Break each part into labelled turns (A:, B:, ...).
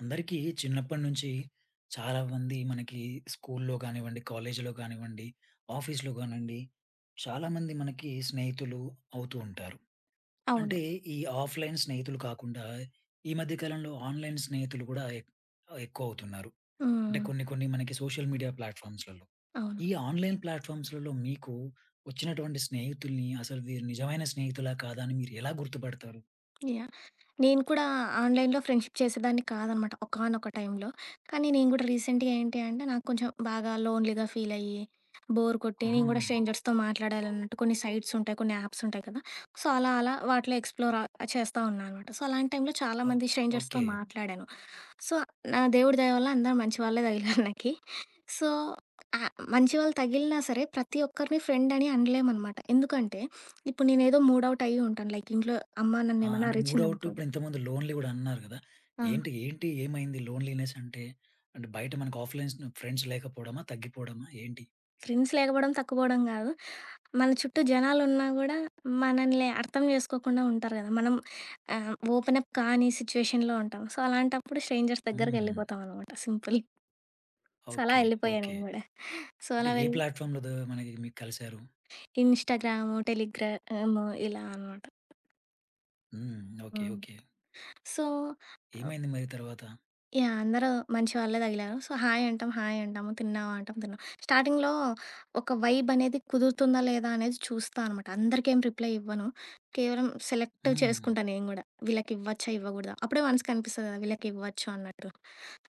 A: అందరికీ చిన్నప్పటి నుంచి చాలా మంది మనకి స్కూల్లో కానివ్వండి, కాలేజీలో కానివ్వండి, ఆఫీస్‌లో కానివ్వండి, చాలామంది మనకి స్నేహితులు అవుతూ ఉంటారు.
B: అవును.
A: అంటే ఈ ఆఫ్‌లైన్ స్నేహితులు కాకుండా ఈ మధ్య కాలంలో ఆన్‌లైన్ స్నేహితులు కూడా ఎక్కువ అవుతున్నారు. అంటే
B: హ్మ్.
A: కొన్ని కొన్ని మనకి సోషల్ మీడియా ప్లాట్‌ఫార్మ్స్‌లలో.
B: అవును.
A: ఈ ఆన్‌లైన్ ప్లాట్‌ఫార్మ్స్‌లలో మీకు వచ్చినటువంటి స్నేహితుల్ని అసలు వీరు నిజమైన స్నేహితులా కాదా అని మీరు ఎలా గుర్తుపడతారు?
B: యాహ్! నేను కూడా ఆన్‌లైన్‌లో ఫ్రెండ్‌షిప్ చేసేదాన్ని కాదనమాట ఒకానొక టైంలో. కానీ నేను గూడా రీసెంట్‌గా ఏంటి అంటే నాకు కొంచెం బాగా లోన్‌లీగా ఫీల్ అయ్యి, బోర్ కొట్టి నేను గూడా
A: హ్మ్.
B: స్ట్రేంజర్స్‌తో మాట్లాడాలన్నట్టు కొన్ని సైట్స్ ఉంటాయి, కొన్ని యాప్స్ ఉంటాయి కదా! సో, అలా అలా వాటిలో ఎక్స్‌ప్లోర్ చేస్తా ఉన్నా అనమాట. సో, అలాంటి టైంలో చాలా
A: ఓహ్!
B: మంది స్ట్రేంజర్స్‌తో
A: ఓకే.
B: మాట్లాడాను. సో, నా దేవుడి దయ వల్ల అందరూ మంచి వాళ్ళే తగిలారు నాకి. సో, మంచి వాళ్ళు తగిలినా సరే ప్రతి ఒక్కరిని ఫ్రెండ్ అని అనలేమనమాట. ఎందుకంటే, ఇప్పుడు నేనేదో మూడ్ ఔట్ అయ్యి ఉంటాను. లైక్ ఇంట్లో అమ్మ
A: ఆ!
B: నన్నేమన్నా
A: అంటే మూడవుట్
B: అరిచిందనుకో.
A: ఇప్పుడు ఇంతకుముందు లోన్లీ గూడా అన్నారు గదా!
B: ఆ!
A: ఏంటి, ఏమైంది లోన్లీనెస్ అంటే? అంటే బయట మనకు ఆఫ్‌లైన్స్ ఫ్రెండ్స్ లేకపోవడమా? తగ్గిపోవడమా? ఏంటి?
B: ఫ్రెండ్స్ లేకపోవడం తక్కుపోవడం కాదు. మన చుట్టూ జనాలున్నా గూడా మనల్ని అర్థం చేసుకోకుండా ఉంటారు గదా! మనం ఓపెన్ అప్ కాని సిచ్యువేషన్‌లో ఉంటాం. సో, అలాంటప్పుడు స్ట్రేంజర్స్
A: హ్మ్.
B: దగ్గరికెళ్ళిపోతామనమాట సింపుల్. సో, అలా
A: ఓకే.
B: ఎళ్ళిపోయా
A: ఓకే.
B: నేను గూడా. సో,
A: అంటే
B: అలా
A: ఏ
B: వెళ్
A: ప్లాట్‌ఫార్మ్‌లో మీకు కలిసారు?
B: ఇన్‌స్టాగ్రాము, టెలిగ్రాము ఇలా అనమాట.
A: హ్మ్. ఓకే.
B: హ్మ్.
A: ఓకే.
B: సో
A: ఏమైంది మరి తర్వాత?
B: అందరూ మంచివాళ్ళే తగిలారు. సో, హాయ్ అంటాం, హాయ్ అంటాము, తిన్నావా అంటాం, తిన్నాం. స్టార్టింగ్‌లో ఒక వైబ్ అనేది కుదురుతుందా లేదా అనేది చూస్తా అనమాట. అందరికేం రిప్లై ఇవ్వను. కేవలం సెలెక్ట్
A: హ్మ్.
B: చేసుకుంటా నేను గూడా. వీళ్ళకివ్వచ్చా? ఇవ్వకూడదా? అప్పుడే మనసుకి అనిపిస్తది కదా! వీళ్ళకివ్వచ్చు అన్నట్టు.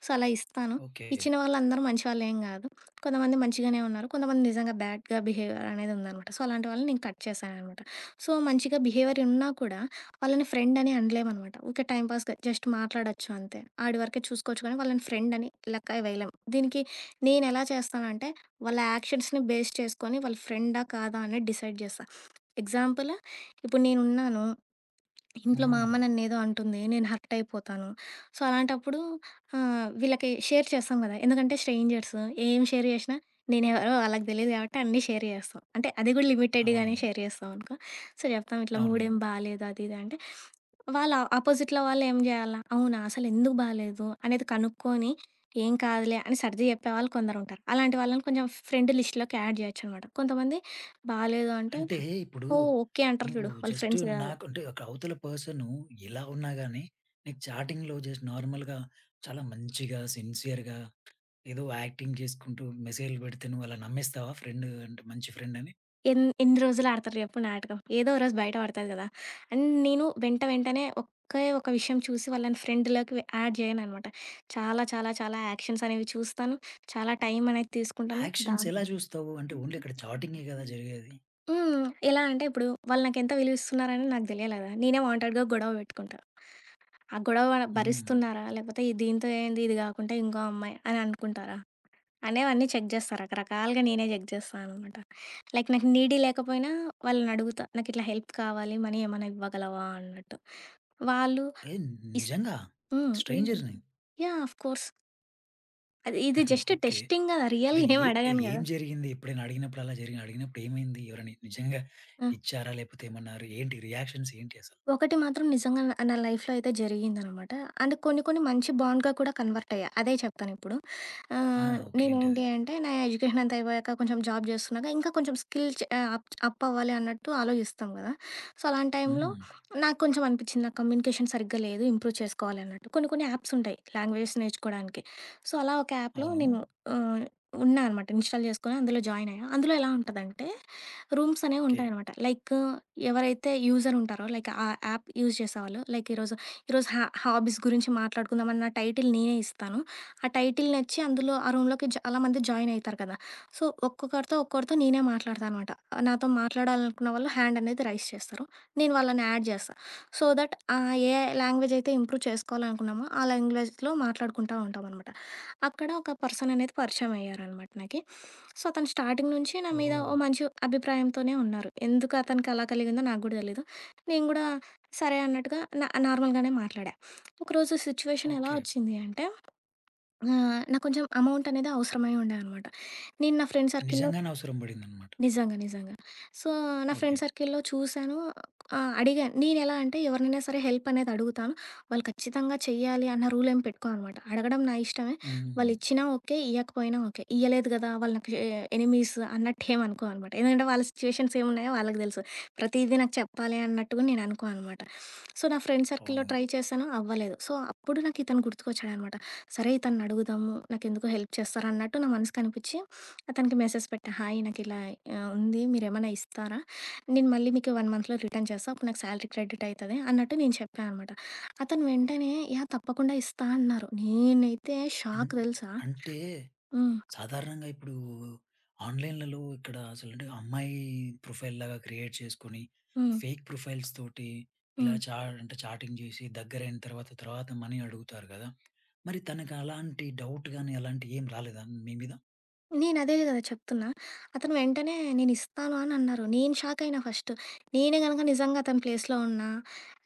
B: సో, అలా ఇస్తాను.
A: ఓకే.
B: ఇచ్చిన వాళ్ళందరూ మంచివాళ్ళేం కాదు. కొంతమంది మంచిగానే ఉన్నారు. కొంతమంది నిజంగా బ్యాడ్‌గా బిహేవియర్ అనేది ఉందనమాట. సో, అలాంటి వాళ్ళని నేను కట్ చేశాననమాట. సో, మంచిగా బిహేవియర్ ఉన్నా కూడా వాళ్ళని ఫ్రెండ్ అని అనలేమనమాట. ఊకే టైమ్ పాస్‌గా జస్ట్ మాట్లాడొచ్చు అంతే. ఆడి వరకే చూసుకోవచ్చు కానీ వాళ్ళని ఫ్రెండ్ అని లెక్క వేయలేం. దీనికి నేనెలా చేస్తానంటే వాళ్ళ యాక్షన్స్‌ని బేస్ చేసుకొని వాళ్ళు ఫ్రెండా? కాదా? అనేది డిసైడ్ చేస్తా. ఎగ్జాంపుల్, ఇప్పుడు నేనున్నాను ఇంట్లో మా
A: హ్మ్.
B: అమ్మ నన్నేదో అంటుంది. నేను హర్ట్ అయిపోతాను. సో, అలాంటప్పుడు వీళ్ళకి షేర్ చేస్తాం గదా! ఎందుకంటే స్ట్రేంజర్స్ ఏం షేర్ చేసినా నేనెవరో ఆళ్ళకి తెలీదు గాబట్టి అన్నీ షేర్ చేస్తాం. అంటే అది గూడా
A: అవును.
B: లిమిటెడ్‌గానే షేర్ చేస్తాం అనుకో. సో, చెప్తాం ఇట్లా
A: అవును.
B: మూడేం బాలేదు అది ఇది అంటే, వాళ్ళ అపోజిట్‌లో వాళ్ళు ఏం జేయాలా? అవునా! అసలెందుకు బాలేదు అనేది కనుక్కొని, ఏం కాదులే అని సర్ది చెప్పేవాళ్ళు కొందరుంటారు. అలాంటి వాళ్ళని కొంచెం ఫ్రెండ్ లిస్ట్‌లోకి యాడ్ జేయొచ్చనమాట. కొంతమంది బాలేదు అంటే,
A: అంటే ఇప్పుడు
B: ఓహ్! ఓకే అంటారు
A: నువ్వు
B: చూడు. వాళ్ళు
A: జస్ట్
B: ఫ్రెండ్స్ గదా!
A: నాకు అంటే ఒక అవతల పర్సను ఎలా ఉన్నా గాని, నీకు చాటింగ్‌లో జస్ట్ నార్మల్‌గా చాలా మంచిగా, సిన్సియర్‌గా ఏదో యాక్టింగ్ చేసుకుంటూ మెసేజ్‌లు పెడితే నువ్వలా నమ్మేస్తావా ఫ్రెండ్ అంటే మంచి ఫ్రెండ్ అని?
B: ఎన్ని రోజులు ఆడతారు చెప్పు నాటకం? ఏదో ఓ రోజు బయట పడతది గదా! అండ్ నేను వెంటనే ఒకే ఒక విషయం చూసి వాళ్ళని ఫ్రెండ్‌లోకి యాడ్ చేయననమాట. చాలా, చాలా, చాలా యాక్షన్స్ అనేవి చూస్తాను. చాలా టైం అనేది తీసుకుంటాను.
A: యాక్షన్స్
B: దాంతో
A: ఎలా చూస్తావు? అంటే ఓన్లీ అక్కడ చాటింగే కదా జరిగేది.
B: హ్మ్. ఎలా అంటే ఇప్పుడు వాళ్ళు నాకెంత విలువిస్తున్నారని నాకు తెలియాలి గదా! నేనే వాంటెడ్‌గా గొడవ పెట్టుకుంటా. ఆ గొడవ
A: హ్మ్.
B: భరిస్తున్నారా? లేకపోతే దీంతో ఏంది ఇది గాకుండా ఇంకో అమ్మాయి అని అనుకుంటారా? అనేవన్నీ చెక్ జేస్తా. రకరకాలుగా నేనే చెక్ జేస్తా అనమాట. లైక్ నాకు నీడీ లేకపోయినా వాళ్ళనడుగుతా. నాకిట్లా హెల్ప్ కావాలి. మనీ ఏమన్నా ఇవ్వగలవా అన్నట్టు. వాళ్ళు
A: ఏయ్!
B: ఇస్
A: నిజంగా?
B: హ్మ్.
A: స్ట్రేంజర్‌ని?
B: Of course. అది ఇది
A: హ్మ్.
B: Just
A: okay.
B: టెస్టింగ్ గదా!
A: అంటే
B: రియల్‌గా ఏమి అడగను
A: ఏం
B: గదా!
A: జరిగింది? ఎప్పుడైనా అడిగినప్పుడు అలా జరిగి అడిగినప్పుడు ఏమైంది? ఎవరైనా నిజంగా
B: ఆ!
A: ఇచ్చారా? లేపోతే ఏమన్నారు? ఏంటి రియాక్షన్స్ ఏంటి అసలు?
B: ఒకటి మాత్రం నిజంగా నా నా లైఫ్‌లో అయితే జరిగిందనమాట. అండ్ కొన్ని కొన్ని మంచి బాండ్‌గా కూడా కన్వర్ట్ అయ్యా. అదే చెప్తానిప్పుడు.
A: ఆ! ఓకే. ఏంటది?
B: నేనేంటి అంటే నా ఎడ్యుకేషన్ అంతా అయిపోయాక కొంచెం జాబ్ చేస్తున్నాక ఇంకా కొంచెం స్కిల్ చే అప్ అప్ అవ్వాలి అన్నట్టు ఆలోచిస్తాం కదా! సో, అలాంటి టైంలో
A: హ్మ్.
B: నాకు కొంచెం అనిపించింది నా కమ్యూనికేషన్ సరిగ్గా లేదు. ఇంప్రూవ్ చేసుకోవాలి అన్నట్టు. కొన్ని కొన్ని యాప్స్ ఉంటాయి లాంగ్వేజెస్ నేర్చుకోవడానికి. సో, అలా ఒక యాప్‌లో
A: అవును.
B: నేను ఆహ్, ఉన్నా అనమాట. ఇన్‌స్టాల్ చేసుకొని అందులో జాయిన్ అయ్యా. అందులో ఎలా ఉంటదంటే రూమ్స్ అనేవి
A: ఓకే.
B: ఉంటాయనమాట. లైక్ ఎవరైతే యూజర్ ఉంటారో, లైక్ ఆ యాప్ యూజ్ చేసేవాళ్ళు, లైక్ ఈరోజు, ఈరోజు హాబీస్ గురించి మాట్లాడుకుందాం అన్న టైటిల్ నేనే ఇస్తాను. ఆ టైటిల్‌నిచ్చి అందులో ఆ రూమ్‌లోకి చాలామంది జాయిన్ అయితారు కదా! సో, ఒక్కొక్కరితో నేనే మాట్లాడతానమాట. నాతో మాట్లాడాలనుకున్న వాళ్ళు హ్యాండ్ అనేది రైజ్ చేస్తారు. నేను వాళ్ళని యాడ్ చేస్తా. సో దట్ ఆ ఏ లాంగ్వేజ్ అయితే ఇంప్రూవ్ చేసుకోవాలనుకున్నామో, ఆ లాంగ్వేజ్‌లో మాట్లాడుకుంటా ఉంటామనమాట. అక్కడ ఒక పర్సన్ అనేది పరిచయం అయ్యారనమాట నాకి. సో అతను స్టార్టింగ్ నుంచి నా మీద ఓ
A: ఓహ్!
B: మంచి అభిప్రాయంతోనే ఉన్నారు. ఎందుకు అతనికి అలా కలిగిందో నాకు గూడా తెలీదు. నేను గూడా సరే అన్నట్టుగా నార్మల్‌గానే మాట్లాడా. ఒకరోజు సిచ్యువేషన్ ఎలా
A: ఓకే.
B: వచ్చింది అంటే నాకు కొంచెం అమౌంట్ అనేది అవసరమై ఉండే అనమాట. నేను నా ఫ్రెండ్ సర్కిల్‌లో
A: నిజంగానే అవసరం పడిందనమాట.
B: నిజంగా. నిజంగా. సో, నా
A: ఓకే.
B: ఫ్రెండ్ సర్కిల్‌లో చూసాను. అడిగాను. నేనెలా అంటే ఎవరినైనా సరే హెల్ప్ అనేది అడుగుతాను. వాళ్ళు ఖచ్చితంగా చెయ్యాలి అన్న రూల్ ఏం పెట్టుకోననమాట. అడగడం నా ఇష్టమే.
A: హ్మ్.
B: వాళ్ళిచ్చినా ఓకే. ఇయ్యకపోయినా ఓకే. ఇయ్యలేదు గదా! వాళ్ళు నాకు ఎనిమీస్ అన్నట్టేమనుకో అనమాట. ఎందుకంటే వాళ్ళ సిట్యుయేషన్స్ ఏమున్నాయో వాళ్ళకి తెలుసు. ప్రతీదీ నాకు చెప్పాలి అన్నట్టుగా నేను అనుకోననమాట. సో, నా ఫ్రెండ్ సర్కిల్‌లో
A: అవును.
B: ట్రై చేశాను. అవ్వలేదు. సో, అప్పుడు నాకు ఇతను గుర్తుకొచ్చాడనమాట. సరే ఇతన్ని అడుగుదాము. నాకెందుకో హెల్ప్ చేస్తారు అన్నట్టు నా మనసుకనిపిచ్చి అతనికి మెసేజ్ పెట్టా. హాయ్ నాకిలా ఉంది మీరేమైనా ఇస్తారా? నేను మళ్ళీ మీకు 1 మంత్‌లో రిటర్న్ చేస్తా. అప్పుడు నాకు సాలరీ క్రెడిట్ అయితది అన్నట్టు నేను చెప్పా అనమాట. అతను వెంటనే యాహ్! తప్పకుండా ఇస్తా అన్నారు. నేనైతే
A: అన్
B: షాక్ తెలుసా!
A: అంటే
B: హ్మ్.
A: సాధారణంగా ఇప్పుడు ఆన్‌లైన్‌లలో ఇక్కడ అసలంటే అమ్మాయి ప్రొఫైల్‌లాగా క్రియేట్ చేసుకొని,
B: హ్మ్.
A: ఫేక్ ప్రొఫైల్స్ తోటి ఇలా
B: హ్మ్.
A: అంటే చాటింగ్ చేసి దగ్గరైన తర్వాత, తర్వాత మనీ అడుగుతారు కదా! మరి తనకు అలాంటి డౌట్ గాని అలాంటివి ఏం రాలేదా మీ మీద?
B: నేనదే గదా చెప్తున్నా. అతను వెంటనే నేనిస్తాను అని అన్నారు. నేను షాక్ అయినా ఫస్ట్. నేనే గనక నిజంగా అతని ప్లేస్‌లో ఉన్నా,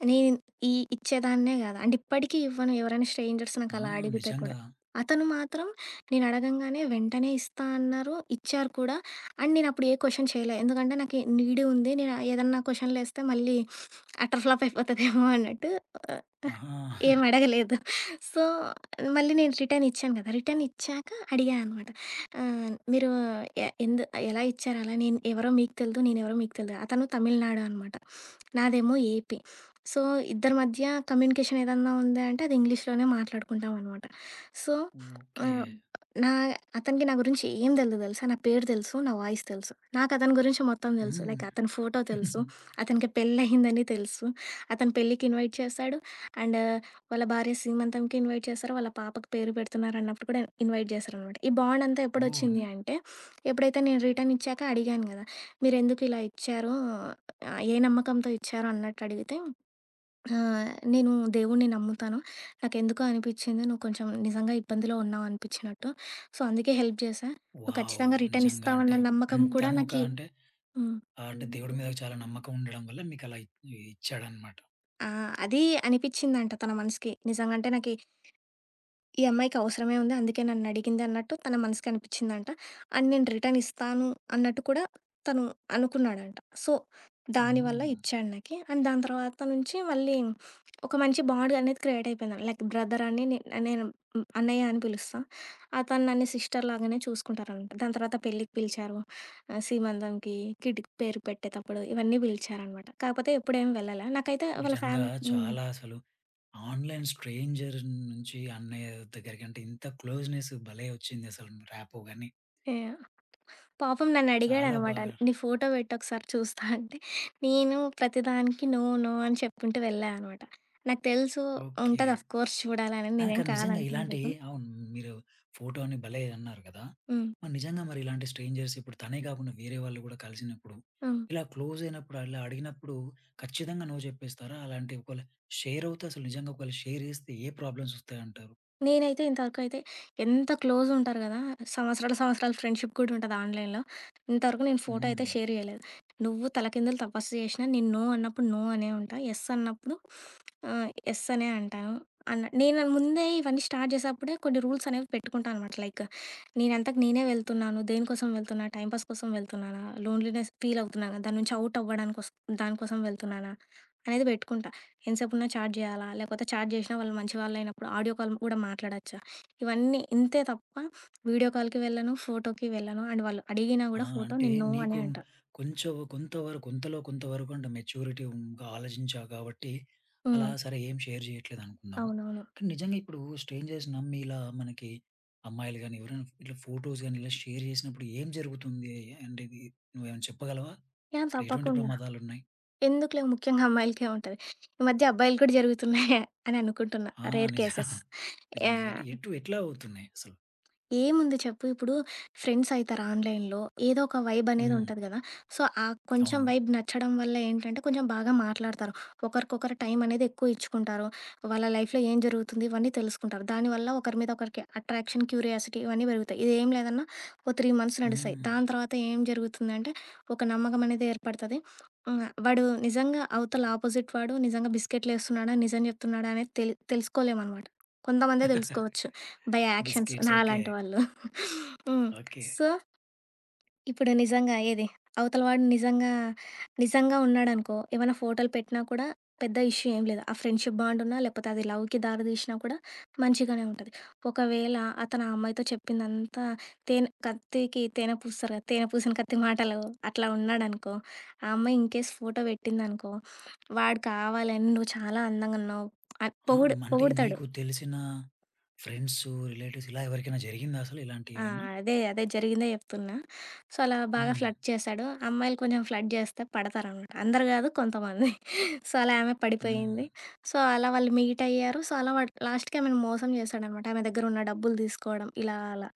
B: నేను ఇచ్చేదాన్నే గాదు. అండ్ ఇప్పటికీ ఇవ్వను ఎవరైనా స్ట్రేంజర్స్
A: ఆ!
B: నాకలా అడిగితే
A: నిజంగా.
B: కూడా. అతను మాత్రం నేను అడగంగానే వెంటనే ఇస్తా అన్నారు. ఇచ్చారు కూడా. అండ్ నేనప్పుడు ఏ క్వెషన్ చేయలే. ఎందుకంటే నాకు నీడీ ఉంది. నేను ఏదన్నా క్వెషన్‌లేస్తే మళ్ళీ అటర్ ఫ్లాప్ అయిపోతదేమో అన్నట్టు ఆహ్,
A: ఆహా!
B: ఏం అడగలేదు. సో, మళ్ళీ నేను రిటర్న్ ఇచ్చాను గదా! రిటర్న్ ఇచ్చాక అడిగా అనమాట. ఆ! మీరు ఎ ఎందు ఎలా ఇచ్చారు అలా? నేను ఎవరో మీకు తెలీదు. నేనెవరో మీకు తెలీదు. అతను తమిళనాడు అనమాట. నాదేమో ఏపీ. సో, ఇద్దరి మధ్య కమ్యూనికేషన్ ఏదన్నా ఉంది అంటే అది ఇంగ్లీష్‌లోనే మాట్లాడుకుంటాం అనమాట. So,
A: okay.
B: ఆహ్, నా అతనికి నా గురించి ఏం తెలీదు తెలుసా? నా పేరు తెలుసు. నా వాయిస్ తెలుసు. నాకు అతని గురించి మొత్తం తెలుసు.
A: హ్మ్.
B: లైక్ అతని ఫోటో తెలుసు. అతనికి పెళ్లయిందని తెలుసు. అతను పెళ్ళికి ఇన్వైట్ చేశాడు. అండ్ వాళ్ళ భార్య సీమంతంకి ఇన్వైట్ చేశారు. వాళ్ళ పాపకి పేరు పెడుతున్నారన్నప్పుడు కూడా ఇన్వైట్ చేశారనమాట. ఈ బాండంతా
A: ఓహ్!
B: ఎప్పుడొచ్చింది అంటే, ఎప్పుడైతే నేను రిటర్న్ ఇచ్చాక అడిగాను గదా! మీరెందుకు ఇలా ఇచ్చారు? ఏ నమ్మకంతో ఇచ్చారు అన్నట్టు అడిగితే, నేను దేవుడిని నమ్ముతాను. నాకెందుకో అనిపిచ్చింది. నువ్వు కొంచెం నిజంగా ఇబ్బందిలో ఉన్నావు అనిపిచ్చినట్టు. సో, అందుకే హెల్ప్ చేశా. నువ్వు
A: వావ్!
B: ఖచ్చితంగా రిటర్న్
A: నిజంగా అంటే
B: ఇస్తావన్న నమ్మకం కూడా
A: తను ఒక
B: నాకి.
A: అంటే
B: హ్మ్.
A: అంటే దేవుడి మీద చాలా నమ్మకం ఉండడం వల్ల మీకలా ఇచ్చాడన్నమాట.
B: ఆ! అది అనిపిచ్చిందంట తన మనసుకి. నిజంగంటే నాకి ఈ అమ్మాయికి అవసరమే ఉంది. అందుకే నన్నడిగింది అన్నట్టు తన మనసుకి అనిపిచ్చిందంట. అండ్ నేను రిటర్న్ ఇస్తాను అన్నట్టు కూడా తను అనుకున్నాడంట. సో, దానివల్ల
A: హ్మ్.
B: ఇచ్చాడు నాకి. అండ్ దాని తర్వాత నుంచి మళ్ళీ ఒక మంచి బాండ్ అనేది క్రియేట్ అయిపోయింది. లైక్ బ్రదర్ అని నే నేను హ్మ్, అన్నయ్య అని పిలుస్తా. అతను నన్ను సిస్టర్ లాగానే చూసుకుంటారనమాట. దాని తర్వాత పెళ్ళికి పిలిచారు. సీమంతంకి, కిడ్‌కి పేరు పెట్టేతప్పుడు ఇవన్నీ పిలిచారనమాట. కాకపోతే ఎప్పుడేం వెళ్ళలే. నాకైతే వాళ్ళ
A: నిజంగా
B: ఫ్యామ్ హ్మ్.
A: చాలా అసలు ఆన్‌లైన్ స్ట్రేంజర్ నుంచి అన్నయ్య దగ్గరికి అంటే ఇంత క్లోజ్‌నెస్ భలే వచ్చింది అసలు ర్యాపో గాని.
B: యాహ్! పాపం
A: చాలా
B: నన్నడిగాడనమాట.
A: బాగా
B: "నీ ఫోటో పెట్టొకసారి చూస్తా" అంటే, నేను ప్రతిదానికి నో, నో అని చెప్పుకుంటూ వెళ్ళా అనమాట. నాకు తెలుసు
A: ఓకే.
B: ఉంటది అఫ్‌కోర్స్ చూడాలని,
A: ఆ!
B: నేనేం
A: కానీ నిజంగా ఇలాంటి
B: కాదంటలేదు.
A: అవును. మీరు ఫోటో అని భలే అన్నారు కదా!
B: హ్మ్.
A: మరి నిజంగా మరి ఇలాంటి స్ట్రేంజర్స్ ఇప్పుడు తనే కాకుండా వేరే వాళ్ళు కూడా కలిసినప్పుడు,
B: హ్మ్.
A: ఇలా క్లోజ్ అయినప్పుడు అలా అడిగినప్పుడు ఖచ్చితంగా నో చెప్పేస్తారా? అలాంటి ఒకవేళ షేర్ అవుతే అసలు నిజంగా ఒకవేళ షేర్ చేస్తే ఏ ప్రాబ్లమ్స్ వస్తాయంటారు?
B: నేనైతే ఇంతవరకైతే ఎంత క్లోజుంటారు గదా! సంవత్సరాలు, సంవత్సరాలు ఫ్రెండ్‌షిప్ కూడా ఉంటది ఆన్‌లైన్‌లో. ఇంతవరకు నేను ఫోటో అయితే
A: హ్మ్.
B: షేర్ జేయలేదు. నువ్వు తలకిందులు తపస్సు జేషినా నేను నో అన్నప్పుడు నో అనే ఉంటా. యెస్ అన్నప్పుడు యెస్ అనే అంటాను. అన్న నేను ముందే ఇవన్నీ స్టార్ట్ జేసేప్పుడే కొన్ని రూల్స్ అనేవి పెట్టుకుంటా అనమాట. లైక్ నేనంతకు నేనే వెళ్తున్నాను. దేనికోసం వెళ్తున్నా? టైమ్ పాస్ కోసం వెళ్తున్నానా? Loneliness feel అవుతున్నానా? దాని నుంచి ఔట్ అవ్వడానికోస్ దానికోసం వెళ్తున్నానా? అనేది పెట్టుకుంటా. ఎంతసేపున్నా చాట్ జేయాలా? లేకపోతే చాట్ జేసినా వాళ్ళు మంచి వాళ్ళయినప్పుడు ఆడియో కాల్ గూడా మాట్లాడొచ్చా? ఇవన్నీ ఇంతే తప్ప వీడియో కాల్‌కి వెళ్ళను, ఫోటోకి వెళ్ళను. అండ్ వాళ్ళు అడిగినా
A: ఆ!
B: గూడా ఫోటో
A: అంటే
B: నేను నో
A: నీకు
B: అనే అంటా.
A: కొంచెం కొంతవరకు కొంతలో కొంతవరకు అంటే మెచ్యూరిటీగా ఆలోచించావు కాబట్టి,
B: హ్మ్.
A: అలా సరే ఏం షేర్ చేయట్లేదు అనుకున్నాం.
B: అవునవును.
A: కానీ నిజంగా ఇప్పుడు స్ట్రేంజర్స్ నమ్మి ఇలా మనకి అమ్మాయిలు గాని, ఎవరైనా ఇట్లా ఫోటోస్ గాని ఇలా షేర్ చేసినప్పుడు ఏం జరుగుతుంది? అంటే ఇది నువ్వేమైనా చెప్పగలవా? అసలు ఎటువంటి
B: తప్పకుండా.
A: ప్రమాదాలున్నాయి?
B: ఎందుకులే ముఖ్యంగా అమ్మాయిలకే ఉంటది. ఈ మధ్య అబ్బాయిలు కూడా జరుగుతున్నాయే అని అనుకుంటున్నా.
A: ఆ!
B: రేర్
A: నిజ
B: కేసెస్.
A: నిజంగా ఏంటి
B: యాహ్!
A: ఎట్లా అవుతున్నాయి అసలు?
B: ఏముంది చెప్పు ఇప్పుడు ఫ్రెండ్స్ అయితారు ఆన్‌లైన్‌లో. ఏదో ఒక వైబ్ అనేది
A: హ్మ్.
B: ఉంటది గదా! సో, కొంచెం
A: అవును.
B: వైబ్ నచ్చడం వల్ల ఏంటంటే కొంచెం బాగా మాట్లాడతారు. ఒకరికొకరు టైం అనేది ఎక్కువ ఇచ్చుకుంటారు. వాళ్ళ లైఫ్‌లో ఏం జరుగుతుంది ఇవన్నీ తెలుసుకుంటారు. దానివల్ల ఒకరి మీద ఒకరికి అట్రాక్షన్, క్యూరియాసిటీ ఇవన్నీ పెరుగుతాయి. ఇదేం లేదన్నా ఓ 3 మంత్స్ నడుస్తాయి.
A: హ్మ్.
B: దాని తర్వాత ఏం జరుగుతుందంటే ఒక నమ్మకం అనేది ఏర్పడతది. హ్మ్. వాడు నిజంగా అవతల ఆపోజిట్ వాడు నిజంగా బిస్కెట్‌లేస్తున్నాడా, నిజం జెప్తున్నాడా అనేది తెలుసుకోలేమనమాట. కొంతమందే దెలుసుకోవచ్చు. By actions
A: biscuits okay.
B: నాలాంటి వాళ్ళు. హ్మ్.
A: ఓకే.
B: సో, ఇప్పుడు నిజంగా ఏది అవతల వాడు నిజంగా, నిజంగా ఉన్నాడనుకో ఏమైనా ఫోటోలు పెట్టినా కూడా పెద్ద ఇష్యూ ఏం లేదు. ఆ ఫ్రెండ్‌షిప్ బాండ్ ఉన్నా లేకపోతే అది లవ్‌కి దారి తీసినా కూడా మంచిగానే ఉంటది. ఒకవేళ అతను ఆ అమ్మాయితో చెప్పిందంతా తేనె కత్తికి తేనె పూస్తారు కదా! తేనె పూసిన కత్తి మాటలు అట్లా ఉన్నాడనుకో, ఆ అమ్మాయి ఇన్‌కేస్ ఫోటో పెట్టిందనుకో, వాడు కావాలని నువ్వు చాలా అందంగా ఉన్నావు అని
A: ఆ! హ్మ్. అంటే
B: పొగుడుతాడు.
A: నీకు తెలిసిన ఫ్రెండ్స్, రిలేటివ్స్ ఇలా ఎవరికైనా జరిగిందా అసలు
B: ఆ!
A: ఇలాంటివేమన్నా?
B: అదే. అదే జరిగిందే చెప్తున్నా. సో, అలా బాగా
A: హ్మ్.
B: ఫ్లర్ట్ చేశాడు. అమ్మాయిలు కొంచెం ఫ్లర్ట్ చేస్తే పడతారనమాట. అందరు గాదు కొంతమంది. సో, అలా ఆమె
A: హ్మ్.
B: పడిపోయింది. సో, అలా వాళ్ళు మీట్ అయ్యారు. సో, అలా వాడు లాస్ట్‌కి ఆమెను మోసం చేశాడనమాట. ఆమె దగ్గర ఉన్న డబ్బులు తీసుకోవడం ఇలా అలా.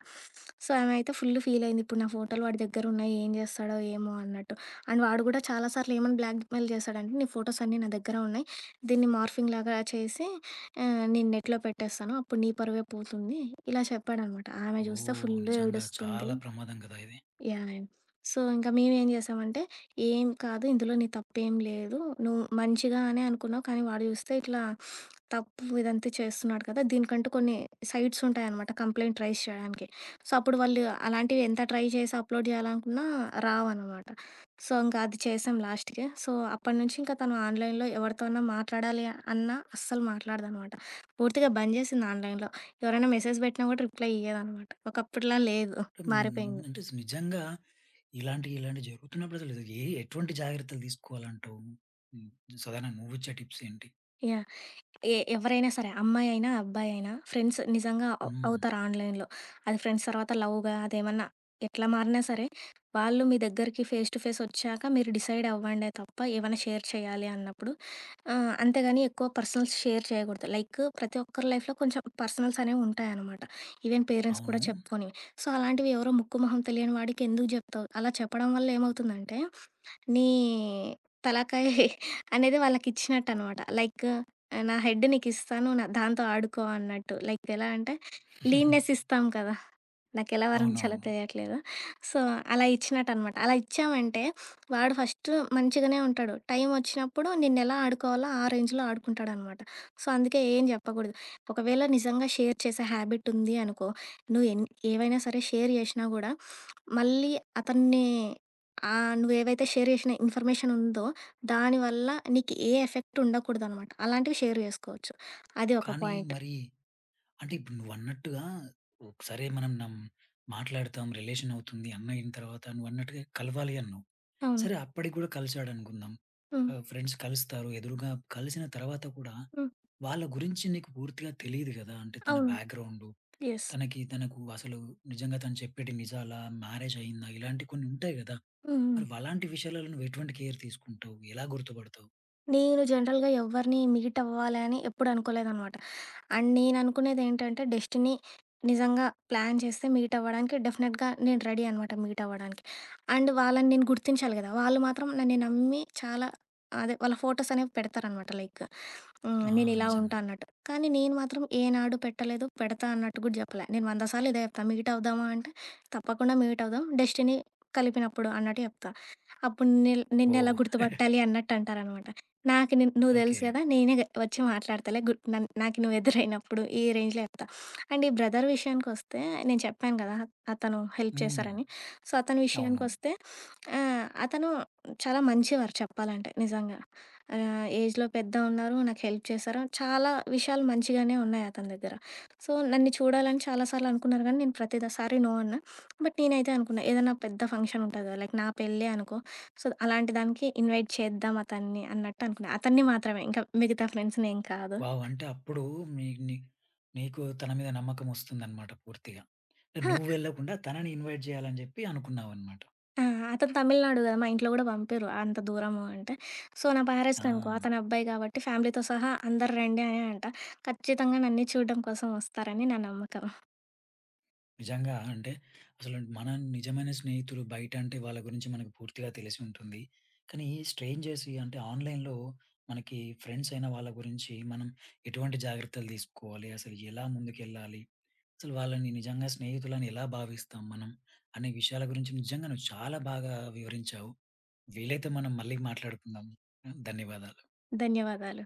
B: సో, ఆమె అయితే ఫుల్ ఫీల్ అయింది. ఇప్పుడు నా ఫోటోలు వాడి దగ్గర ఉన్నాయి. ఏం చేస్తాడో ఏమో అన్నట్టు. అండ్ వాడు కూడా చాలా సార్లు ఏమని బ్లాక్‌మెయిల్ చేశాడంటే, నీ ఫోటోస్ అన్నీ నా దగ్గర ఉన్నాయి. దీన్ని మార్ఫింగ్ లాగా చేసి ఆ! నేను నెట్‌లో పెట్టేస్తాను. అప్పుడు నీ పరువే పోతుంది. ఇలా చెప్పాడనమాట. ఆమె జూస్తే
A: ఓహ్!
B: ఫుల్
A: నిజంగా
B: ఏడుస్తుంది.
A: చాలా ప్రమాదం కదా! ఇది.
B: యాహ్! యాహ్! సో, ఇంకా మేమేం చేసామంటే, "ఏం కాదు ఇందులో నీ తప్పేం లేదు. నువ్వు మంచిగానే అనుకున్నావు. కానీ వాడు చూస్తే ఇట్లా తప్పు ఇదంతా చేస్తున్నాడు కదా! దీనికంటూ కొన్ని సైట్స్ ఉంటాయనమాట కంప్లెయింట్ రైజ్ చేయడానికి. సో, అప్పుడు వాళ్ళు అలాంటివి ఎంత ట్రై చేసి అప్‌లోడ్ చేయాలనుకున్నా రావనమాట. సో, ఇంకా అది చేసాం లాస్ట్‌కి. సో, అప్పటినుంచి ఇంకా తను ఆన్‌లైన్‌లో ఎవరితోన్నా మాట్లాడాలి అన్నా అస్సలు మాట్లాడదనమాట. పూర్తిగా బంద్ చేసింది ఆన్‌లైన్‌లో. ఎవరైనా మెసేజ్ పెట్టినా కూడా రిప్లై ఇయ్యదనమాట. ఒకప్పుడులా లేదు.
A: హ్మ్.
B: మారిపోయింది.
A: అంటే నిజంగా ఇలాంటి ఇలాంటివి జరుగుతున్నప్పుడు అసలు ఏ ఎటువంటి జాగ్రత్తలు తీసుకోవాలంటావు? హ్మ్. సాధారణంగా నువ్విచ్చే టిప్స్ ఏంటి?
B: యాహ్! ఎవరైనా సరే అమ్మాయైనా, అబ్బాయైనా ఫ్రెండ్స్ నిజంగా
A: హ్మ్.
B: అవుతారు ఆన్‌లైన్‌లో. అది ఫ్రెండ్స్ తర్వాత లవ్‌గా అదేమన్నా ఎట్లా మారినా సరే, వాళ్ళు మీ దగ్గరికి ఫేస్ టు ఫేస్ వచ్చాక మీరు డిసైడ్ అవ్వండే తప్ప, ఏవన్నా షేర్ చేయాలి అన్నప్పుడు అంతేగాని ఎక్కువ పర్సనల్స్ షేర్ చేయకూడదు. లైక్ ప్రతి ఒక్కరి లైఫ్‌లో కొంచెం పర్సనల్స్ అనేవి ఉంటాయన్నమాట. ఈవెన్ పేరెంట్స్ కూడా
A: అవును.
B: చెప్పుకోనివి. సో, అలాంటివి ఎవరో ముక్కు మొహం తెలియని వాడికి ఎందుకు జెప్తావు? అలా చెప్పడం వల్ల ఏమవుతుందంటే నీ తలకాయ అనేది వాళ్ళకిచ్చినట్టనమాట. లైక్ నా హెడ్ నీకిస్తాను. నా దాంతో ఆడుకో అన్నట్టు. లైక్ ఎలా అంటే లీన్‌నెస్ ఇస్తాం కదా! నాకెలా వరించాలో
A: అవునవును.
B: తెలియట్లేదు. సో, అలా ఇచ్చినట్టనమాట. అలా ఇచ్చామంటే వాడు ఫస్ట్ మంచిగానే ఉంటాడు. టైమొచ్చినప్పుడు నిన్నెలా ఆడుకోవాలో ఆ రేంజ్‌లో ఆడుకుంటాడనమాట. సో, అందుకే ఏం చెప్పకూడదు. ఒకవేళ నిజంగా షేర్ చేసే హ్యాబిట్ ఉంది అనుకో, నువ్వు ఎన్ ఏవైనా సరే షేర్ చేషినా గూడా మళ్ళీ అతన్ని నువ్వేవైతే షేర్ చేషిన ఇన్ఫర్మేషన్ ఉందో దానివల్ల నీకు ఏ ఎఫెక్ట్ ఉండకూడదనమాట. అలాంటివి షేర్ చేసుకోవచ్చు. అది ఒక
A: కానీ
B: పాయింట్.
A: మరి అంటే ఇప్పుడు నువ్వన్నట్టుగా సరే మనం మాట్లాడతాం. రిలేషన్ అవుతుంది. అన్నయిన తర్వాత నువ్వన్నట్టుగా కలవాలి అన్నావు.
B: అవును.
A: సరే అప్పటికి కూడా కలిసాడనుకుందాం.
B: హ్మ్.
A: ఆహ్, ఫ్రెండ్స్ కలుస్తారు. ఎదురుగా కలిసిన తర్వాత కూడా
B: హ్మ్.
A: వాళ్ళ గురించి నీకు పూర్తిగా తెలీదు గదా! అంటే తన
B: అవును.
A: Background,
B: yes.
A: తనకు అసలు నిజంగా తను చెప్పేటి నిజాలా? మ్యారేజ్ అయిందా? ఇలాంటి కొన్ని ఉంటాయి గదా!
B: హ్మ్. హ్మ్.
A: మరి అలాంటి విషయాలలో నువ్వు ఎటువంటి కేర్ తీసుకుంటావు? ఎలా గుర్తుపడతావు?
B: నేను జనరల్‌గా ఎవ్వరిని మీట్ అవ్వాలని ఎప్పుడు అనుకోలేదనమాట. అండ్ నేను అనుకునేదేంటంటే డెస్టినీ నిజంగా ప్లాన్ చేస్తే మీట్ అవ్వడానికి డెఫినెట్‌గా నేను రెడీ అనమాట మీట్ అవ్వడానికి. అండ్ వాళ్ళని నేను గుర్తించాలి కదా! వాళ్ళు మాత్రం నన్ను నమ్మి చాలా అదే వాళ్ళ ఫోటోస్ అనేవి పెడతారనమాట. లైక్ హ్మ్.
A: ఆ!
B: నేనిలా హ్మ్.
A: నిజంగా.
B: ఉంటా అన్నట్టు. కానీ నేను మాత్రం ఏనాడు పెట్టలేదు, పెడతా అన్నట్టు కూడా చెప్పలే. నేను 100 సార్లు ఇదే చెప్తా. మీట్ అవుదామా అంటే తప్పకుండా మీట్ అవుదాం. డెస్టినీ కలిపినప్పుడు అన్నట్టు చెప్తా. అప్పుడు నిన్నెలా
A: ఓహ్!
B: గుర్తుపట్టాలి అన్నట్టు అంటారనమాట. నాకు నిన్ నువ్వు తెలుసు
A: ఓకే.
B: కదా! నేనే గ వచ్చి మాట్లాడతాలే గు నన్ నాకు నువ్వు ఎదురైనప్పుడు ఈ రేంజ్‌లో చెప్తా. అండ్ ఈ బ్రదర్ విషయానికొస్తే నేను చెప్పాను కదా! అతను హెల్ప్
A: హ్మ్.
B: చేశారని. సో, అతని
A: అవును.
B: విషయానికొస్తే అతను చాలా మంచివారు చెప్పాలంటే నిజంగా. ఏజ్‌లో పెద్ద ఉన్నారు. నాకు హెల్ప్ చేశారు. చాలా విషయాలు మంచిగానే ఉన్నాయి అతని దగ్గర. సో, నన్ను చూడాలని చాలా సార్లు అనుకున్నారు కానీ నేను ప్రతిసారి నో అన్నా. బట్ నేనైతే అనుకున్నా ఏదైనా పెద్ద ఫంక్షన్ ఉంటది కదా! లైక్ నా పెళ్ళే అనుకో, సో, అలాంటి దానికి ఇన్వైట్ చేద్దాం అతన్ని అన్నట్టు అనుకున్నా. అతన్ని మాత్రమే ఇంకా మిగతా ఫ్రెండ్స్‌ని ఏం కాదు.
A: వావ్! అంటే అప్పుడు మీ ని నీకు తన మీద నమ్మకం వస్తుందన్నమాట పూర్తిగా. అంటే
B: అహా!
A: నువ్వు వెళ్ళకుండా తనని ఇన్వైట్ చేయాలని చెప్పి అనుకున్నావన్నమాట.
B: ఆ! అతను తమిళనాడు గదా! మా ఇంట్లో గూడా పంపిరు అంత దూరము అంటే. సో, నా
A: ఆ!
B: మ్యారేజ్‌కనుకో అతని అబ్బాయి కాబట్టి ఫ్యామిలీతో సహా అందరు రండి అనే అంట. ఖచ్చితంగా నన్ను చూడడం కోసం వస్తారని నా నమ్మకం.
A: నిజంగా అంటే అసలు నిజమైన స్నేహితులు బయట అంటే వాళ్ళ గురించి మనకు పూర్తిగా తెలిసి ఉంటుంది. కానీ స్ట్రేంజర్స్ అంటే ఆన్‌లైన్‌లో మనకి ఫ్రెండ్స్ అయిన వాళ్ళ గురించి మనం ఎటువంటి జాగ్రత్తలు తీసుకోవాలి? అసలు ఎలా ముందుకెళ్ళాలి? అసలు వాళ్ళని నిజంగా స్నేహితులని ఎలా భావిస్తాం మనం? అనే విషయాల గురించి నిజంగా నువ్వు చాలా బాగా వివరించావు. వీలైతే మనం మళ్ళీ మాట్లాడుకుందాం. ధన్యవాదాలు.
B: ధన్యవాదాలు.